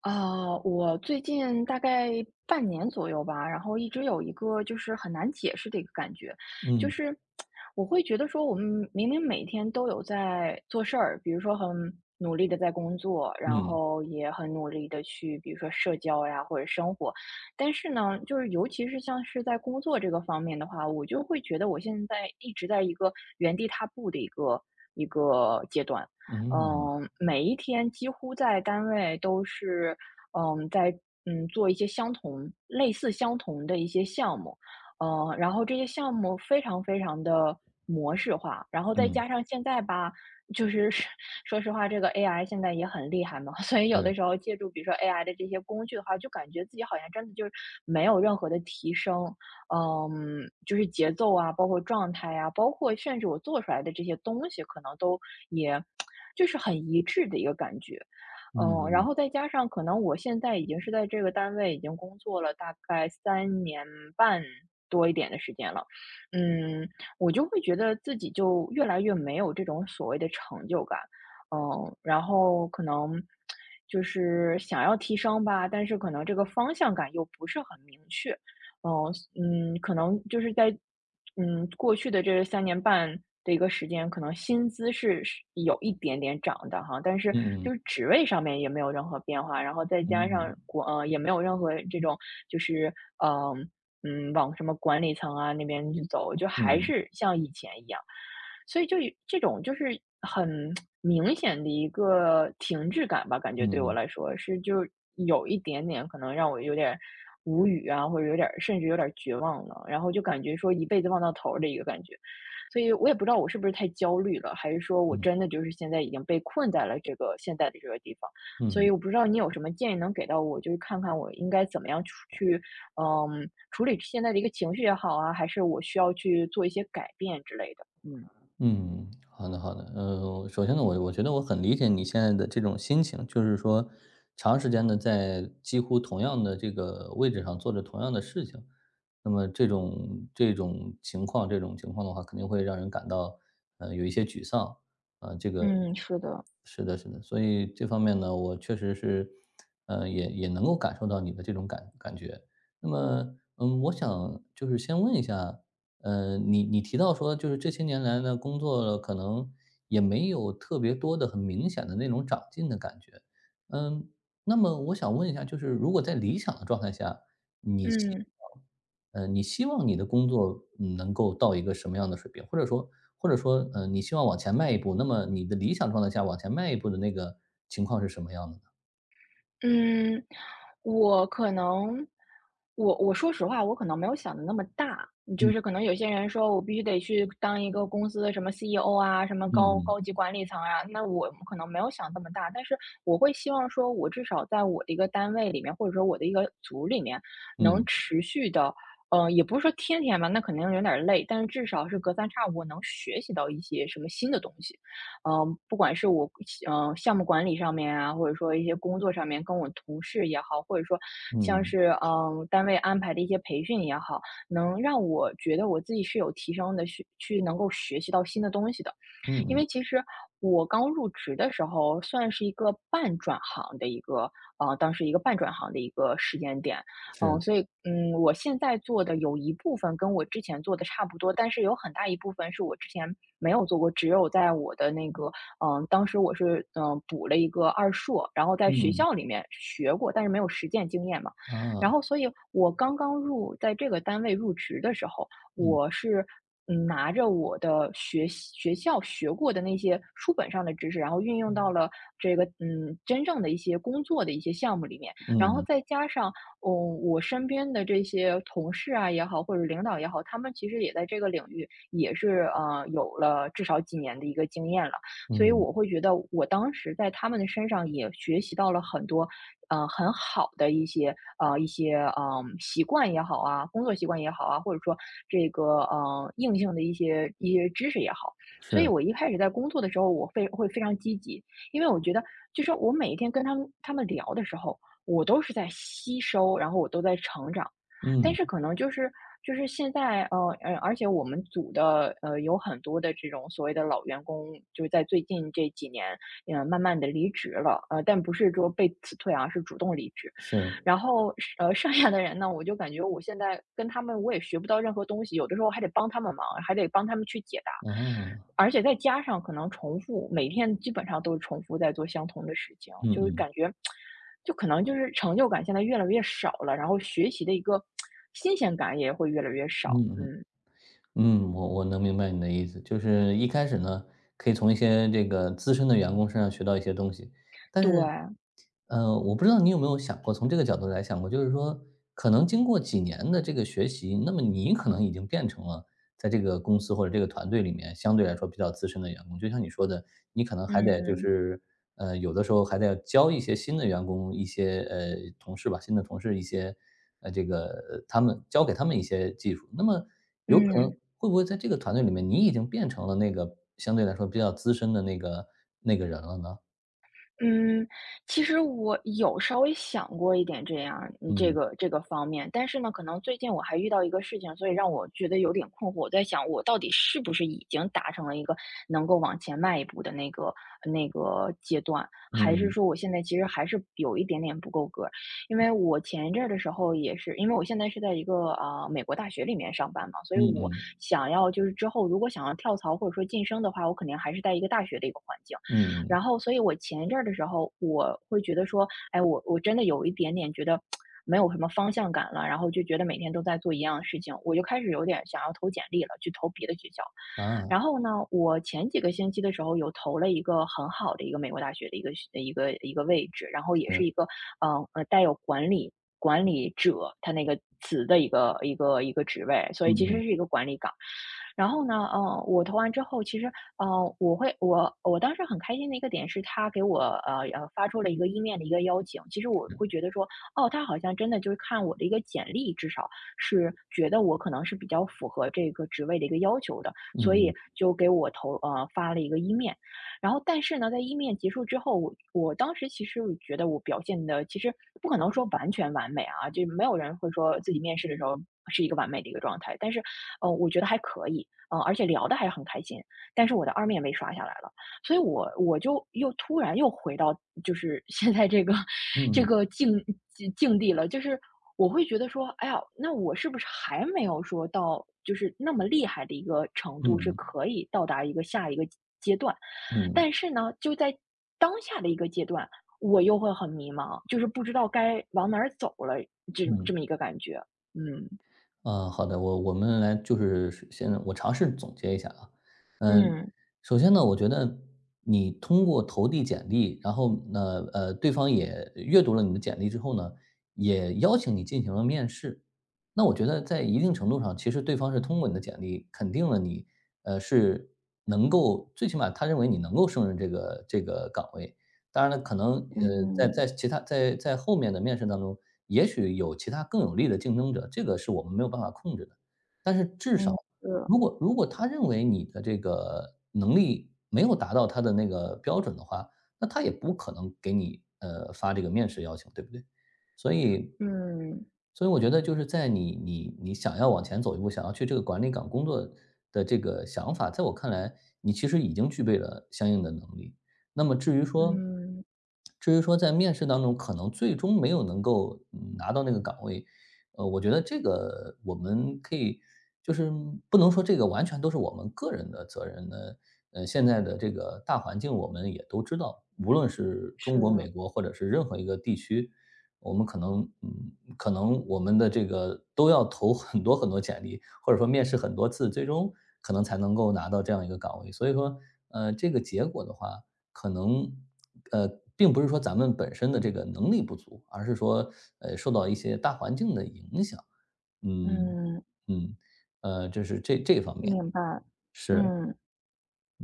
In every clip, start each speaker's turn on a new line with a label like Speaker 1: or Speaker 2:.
Speaker 1: 啊，我最近大概半年左右吧，然后一直有一个就是很难解释的一个感觉，就
Speaker 2: 嗯
Speaker 1: 是我会觉得说，我们明明每天都有在做事儿，比如说很努力的在工作，然
Speaker 2: 嗯
Speaker 1: 后也很努力的去，比如说社交呀或者生活，但是呢，就是尤其是像是在工作这个方面的话，我就会觉得我现在一直在一个原地踏步的一个阶段。
Speaker 2: 嗯
Speaker 1: 嗯，每一天几乎在单位都是，嗯，在做一些类似相同的一些项目，嗯，然后这些项目非常非常的模式化，然后再
Speaker 2: 嗯，
Speaker 1: 加上现在吧，就是是说实话，这个 AI 现在也很厉害嘛，所以有的时
Speaker 2: 是，
Speaker 1: 候借助比如说 AI 的这些工具的话，就感觉自己好像真的就是没有任何的提升，嗯，就是节奏啊，包括状态啊，包括甚至我做出来的这些东西，可能都也就是很一致的一个感觉。
Speaker 2: 嗯
Speaker 1: 嗯，然后
Speaker 2: 嗯
Speaker 1: 再加上可能我现在已经是在这个单位已经工作了大概三年半多一点的时间了，嗯，我就会觉得自己就越来越没有这种所谓的成就感。嗯，然后可能就是想要提升吧，但是可能这个方向感又不是很明确。哦，嗯，可能就是在过去的这三年半的一个时间，可能薪资是有一点点涨的哈，但是
Speaker 2: 嗯
Speaker 1: 就是职位上面也没有任何变化，然后再加
Speaker 2: 嗯
Speaker 1: 上也没有任何这种就是嗯、呃往什么管理层啊那边去走，就还
Speaker 2: 嗯
Speaker 1: 是像以前一样。所以就有这种就是很明显的一个停滞感吧，感觉
Speaker 2: 嗯
Speaker 1: 对
Speaker 2: 嗯
Speaker 1: 我来
Speaker 2: 嗯
Speaker 1: 说是就有一点点可能让我有点无语啊，或者有点甚至有点绝望了，然后就感觉说一辈子望到头儿的一个感觉。所以我也不知道我是不是太焦虑了，还是说我真的就是现在已经被困在了这个现在的这个地方。所
Speaker 2: 嗯。
Speaker 1: 以我不知道你有什么建议能给到我，就是看看我应该怎么样去，嗯，处理现在的一个情绪也好啊，还是我需要去做一些改变之类的。嗯。
Speaker 2: 嗯，好的好的。首先呢，我觉得我很理解你现在的这种心情，就是说长时间的在几乎同样的这个位置上做着同样的事情，那么这种情况的话，肯定会让人感到，有一些沮丧。啊，这个
Speaker 1: 嗯，是的，
Speaker 2: 是的是的，所以这方面呢，我确实是，也能够感受到你的这种感觉。那么，我想就是先问一下，你提到说，就是这些年来呢，工作了可能也没有特别多的、很明显的那种长进的感觉。嗯，那么我想问一下，就是如果在理想的状态下，你希
Speaker 1: 嗯，
Speaker 2: 你希望你的工作能够到一个什么样的水平？或者说，你希望往前迈一步，那么你的理想状态下往前迈一步的那个情况是什么样的呢？
Speaker 1: 嗯，我可能，我说实话，我可能没有想的那么大，就是可
Speaker 2: 嗯
Speaker 1: 能有些人说我必须得去当一个公司的什么 CEO 啊，什么
Speaker 2: 嗯
Speaker 1: 高
Speaker 2: 嗯
Speaker 1: 高级管理层啊，那我可能没有想这么大，但是我会希望说，我至少在我的一个单位里面，或者说我的一个组里面，能
Speaker 2: 嗯
Speaker 1: 持续的，呃，也不是说天天吧，那肯定有点儿累，但是至少是隔三差五我能学习到一些什么新的东西。嗯，不管是我项目管理上面啊，或者说一些工作上面跟我同事也好，或者说像
Speaker 2: 嗯
Speaker 1: 是嗯呃单位安排的一些培训也好，能让我觉得我自己是有提升的，去能够学习到新的东西的。
Speaker 2: 嗯
Speaker 1: 因
Speaker 2: 嗯，
Speaker 1: 为其实我刚入职的时候，算是一个半转行的一个，呃，当时一个半转行的一个时间点，
Speaker 2: 是，
Speaker 1: 嗯，所以，嗯，我现在做的有一部分跟我之前做的差不多，但是有很大一部分是我之前没有做过，只有在我的那个，嗯，当时我是补了一个二硕，然后在
Speaker 2: 嗯
Speaker 1: 学
Speaker 2: 嗯
Speaker 1: 校里面学过，但是没有实践经验嘛，然
Speaker 2: 啊，
Speaker 1: 后，所以我刚刚入在这个单位入职的时候，
Speaker 2: 嗯
Speaker 1: 我是嗯，拿着我的学校学过的那些书本上的知识，然后运用到了这个真正的一些工作的一些项目里面，然后
Speaker 2: 嗯
Speaker 1: 再加上嗯我身边的这些同事啊也好，或者领导也好，他们其实也在这个领域也是呃有了至少几年的一个经验了。所以
Speaker 2: 嗯，
Speaker 1: 我会觉得我当时在他们的身上也学习到了很多，呃，很好的一些习惯也好啊，工作习惯也好啊，或者说这个呃硬性的一些知识也好。所以
Speaker 2: 是。
Speaker 1: 我一开始在工作的时候，我非会非常积极，因为我觉得就是我每一天跟他们聊的时候，我都是在吸收，然后我都在成长。但
Speaker 2: 嗯，
Speaker 1: 是可能就是现在，而且我们组的，呃，有很多的这种所谓的老员工，就是在最近这几年，嗯，慢慢的离职了，呃，但不是说被辞退而是主动离职。
Speaker 2: 是，
Speaker 1: 然后呃，剩下的人呢，我就感觉我现在跟他们我也学不到任何东西，有的时候还得帮他们忙，还得帮他们去解答，
Speaker 2: 啊，
Speaker 1: 而且再加上可能重复，每天基本上都是重复在做相同的事情，
Speaker 2: 嗯
Speaker 1: 就是
Speaker 2: 嗯，
Speaker 1: 感觉就可能就是成就感现在越来越少了，然后学习的一个新鲜感也会越来越少。
Speaker 2: 嗯嗯，
Speaker 1: 嗯，
Speaker 2: 我能明白你的意思，就是一开始呢，可以从一些这个资深的员工身上学到一些东西，但
Speaker 1: 对，
Speaker 2: 是我不知道你有没有想过，从这个角度来想过，就是说，可能经过几年的这个学习，那么你可能已经变成了在这个公司或者这个团队里面相对来说比较资深的员工。就像你说的，你可能还得就
Speaker 1: 嗯，
Speaker 2: 是，有的时候还得要教一些新的员工、一些同事吧，新的同事一些呃这个他们教给他们一些技术。那么有可能
Speaker 1: 嗯。
Speaker 2: 会不会在这个团队里面，你已经变成了那个相对来说比较资深的那个人了呢？
Speaker 1: 嗯，其实我有稍微想过一点这样，这
Speaker 2: 嗯
Speaker 1: 个方面，但是呢，可能最近我还遇到一个事情，所以让我觉得有点困惑。我在想，我到底是不是已经达成了一个能够往前迈一步的那个阶段，
Speaker 2: 嗯
Speaker 1: 还是
Speaker 2: 嗯
Speaker 1: 说我现在其实还是有一点点不够格儿？因为我前一阵儿的时候也是，因为我现在是在一个美国大学里面上班嘛，所以
Speaker 2: 嗯
Speaker 1: 我
Speaker 2: 嗯。
Speaker 1: 想要就是之后如果想要跳槽或者说晋升的话，我肯定还是在一个大学的一个环境。
Speaker 2: 嗯，
Speaker 1: 然后所以我前一阵儿的时候，我会觉得说，哎，我真的有一点点觉得没有什么方向感了，然后就觉得每天都在做一样的事情，我就开始有点想要投简历了，去投别的学校。
Speaker 2: 啊，
Speaker 1: 然后呢，我前几个星期的时候有投了一个很好的一个美国大学的一个位置，然后也是
Speaker 2: 是，
Speaker 1: 一个呃带有管理者他那个词的一个职位，所
Speaker 2: 嗯
Speaker 1: 以其实
Speaker 2: 嗯
Speaker 1: 是一个管理岗。然后呢，嗯，我投完之后，其实，嗯，我会我我当时很开心的一个点是他给我发出了一个一面的一个邀请。其实我会觉得说，哦，他好像真的就是看我的一个简历，至少是觉得我可能是比较符合这个职位的一个要求的，所
Speaker 2: 嗯
Speaker 1: 以就给我发了一个一面。然后，但是呢，在一面结束之后，我当时其实我觉得我表现的其实不可能说完全完美啊，就没有人会说自己面试的时候是一个完美的一个状态，但是呃，我觉得还可以。嗯，而且聊得还很开心，但是我的二面被刷下来了，所以我就又突然又回到就是 现在这个
Speaker 2: 嗯
Speaker 1: 这
Speaker 2: 嗯
Speaker 1: 个境地了，就是我会觉得说，哎呀，那我是不是还没有说到就是那么厉害的一个程度，是
Speaker 2: 嗯
Speaker 1: 可以到达一个下一个阶段？
Speaker 2: 嗯，嗯
Speaker 1: 但是呢，就在当下的一个阶段，我又会很迷茫，就是不知道该往哪儿走了，这
Speaker 2: 嗯
Speaker 1: 么一个感觉，嗯。
Speaker 2: 啊，好的，我们来就是先我尝试总结一下啊，嗯，
Speaker 1: 嗯
Speaker 2: 首先呢，我觉得你通过投递简历，然后呢，对方也阅读了你的简历之后呢，也邀请你进行了面试，那我觉得在一定程度上，其实对方是通过你的简历肯定了你，是能够最起码他认为你能够胜任这个岗位。当然了，可能在
Speaker 1: 嗯
Speaker 2: 在其他在在后面的面试当中，也许有其他更有利的竞争者，这个是我们没有办法控制的。但是至少，
Speaker 1: 嗯，是。
Speaker 2: 如果他认为你的这个能力没有达到他的那个标准的话，那他也不可能给你发这个面试邀请，对不对？所以
Speaker 1: 嗯，
Speaker 2: 所以我觉得就是在你想要往前走一步，想要去这个管理岗工作的这个想法，在我看来，你其实已经具备了相应的能力。那么至于说，
Speaker 1: 嗯，
Speaker 2: 在面试当中可能最终没有能够拿到那个岗位，我觉得这个我们可以就是不能说这个完全都是我们个人的责任的。现在的这个大环境我们也都知道，无论是
Speaker 1: 是，
Speaker 2: 中国、美国或者是任何一个地区，我们可能我们的这个都要投很多很多简历，或者说面试很多次，最终可能才能够拿到这样一个岗位。所以说，这个结果的话，可能呃，并不是说咱们本身的这个能力不足，而是说受到一些大环境的影响。嗯，
Speaker 1: 嗯，
Speaker 2: 嗯，这是这方面，
Speaker 1: 明白，
Speaker 2: 是。
Speaker 1: 嗯，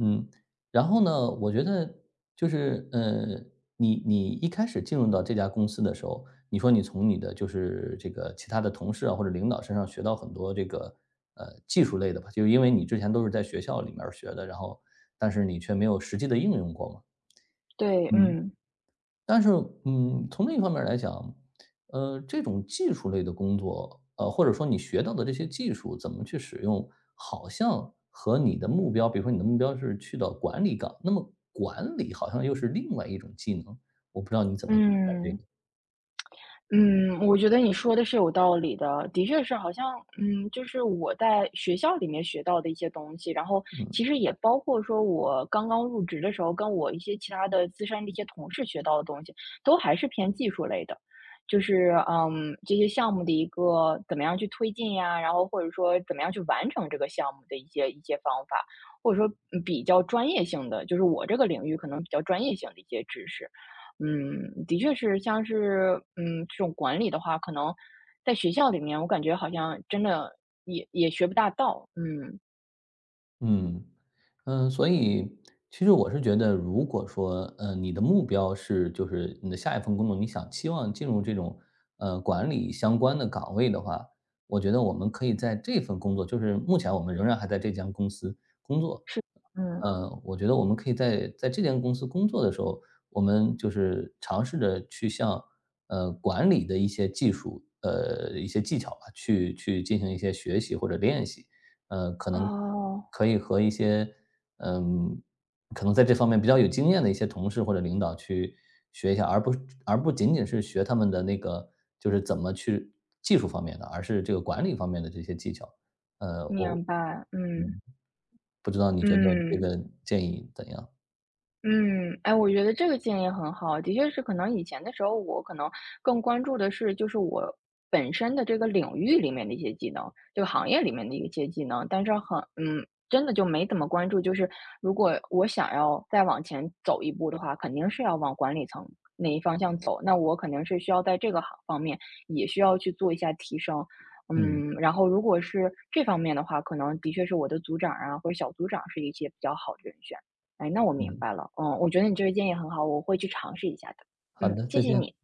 Speaker 2: 嗯，然后呢，我觉得就是，你一开始进入到这家公司的时候，你说你从你的就是这个其他的同事啊或者领导身上学到很多这个，技术类的吧，就是因为你之前都是在学校里面儿学的，然后但是你却没有实际的应用过嘛。
Speaker 1: 对，
Speaker 2: 嗯。
Speaker 1: 嗯，
Speaker 2: 但是，从另一方面来讲，这种技术类的工作，或者说你学到的这些技术怎么去使用，好像和你的目标，比如说你的目标是去到管理岗，那么管理好像又是另外一种技能，我不知道你怎么看待这
Speaker 1: 嗯，
Speaker 2: 个？
Speaker 1: 嗯，我觉得你说的是有道理的，的确是好像，嗯，就是我在学校里面学到的一些东西，然后其
Speaker 2: 嗯。
Speaker 1: 实也包括说我刚刚入职的时候，跟我一些其他的资深的一些同事学到的东西，都还是偏技术类的，就是嗯，这些项目的一个怎么样去推进呀，然后或者说怎么样去完成这个项目的一些方法，或者说嗯比较专业性的，就是我这个领域可能比较专业性的一些知识。嗯，的确是，像是嗯这种管理的话，可能在学校里面，我感觉好像真的也学不大到。嗯，
Speaker 2: 嗯，所以其实我是觉得，如果说，你的目标是就是你的下一份工作，你想期望进入这种管理相关的岗位的话，我觉得我们可以在这份工作，就是目前我们仍然还在这家公司工作，
Speaker 1: 是，嗯，
Speaker 2: 我觉得我们可以在这间公司工作的时候，我们就是尝试着去向管理的一些技术，一些技巧吧，去进行一些学习或者练习，可能
Speaker 1: 哦，
Speaker 2: 可以和一些嗯、在这方面比较有经验的一些同事或者领导去学一下，而不仅仅是学他们的那个就是怎么去技术方面的，而是这个管理方面的这些技巧。呃，我
Speaker 1: 明白，嗯
Speaker 2: 嗯。不知道你觉得这
Speaker 1: 嗯。
Speaker 2: 个建议怎样？
Speaker 1: 嗯，哎，我觉得这个建议很好。的确是可能以前的时候，我可能更关注的是，就是我本身的这个领域里面的一些技能，这个行业里面的一些技能，但是很，嗯，真的就没怎么关注。就是如果我想要再往前走一步的话，肯定是要往管理层那一方向走，那我肯定是需要在这个行方面也需要去做一下提升。
Speaker 2: 嗯，
Speaker 1: 嗯，然后如果是这方面的话，可能的确是我的组长啊，或者小组长是一些比较好的人选。哎，那我明
Speaker 2: 嗯，
Speaker 1: 白了。嗯，我觉得你这个建议很好，我会去尝试一下的。
Speaker 2: 好
Speaker 1: 嗯，
Speaker 2: 的，
Speaker 1: 谢
Speaker 2: 再
Speaker 1: 谢
Speaker 2: 见。
Speaker 1: 你。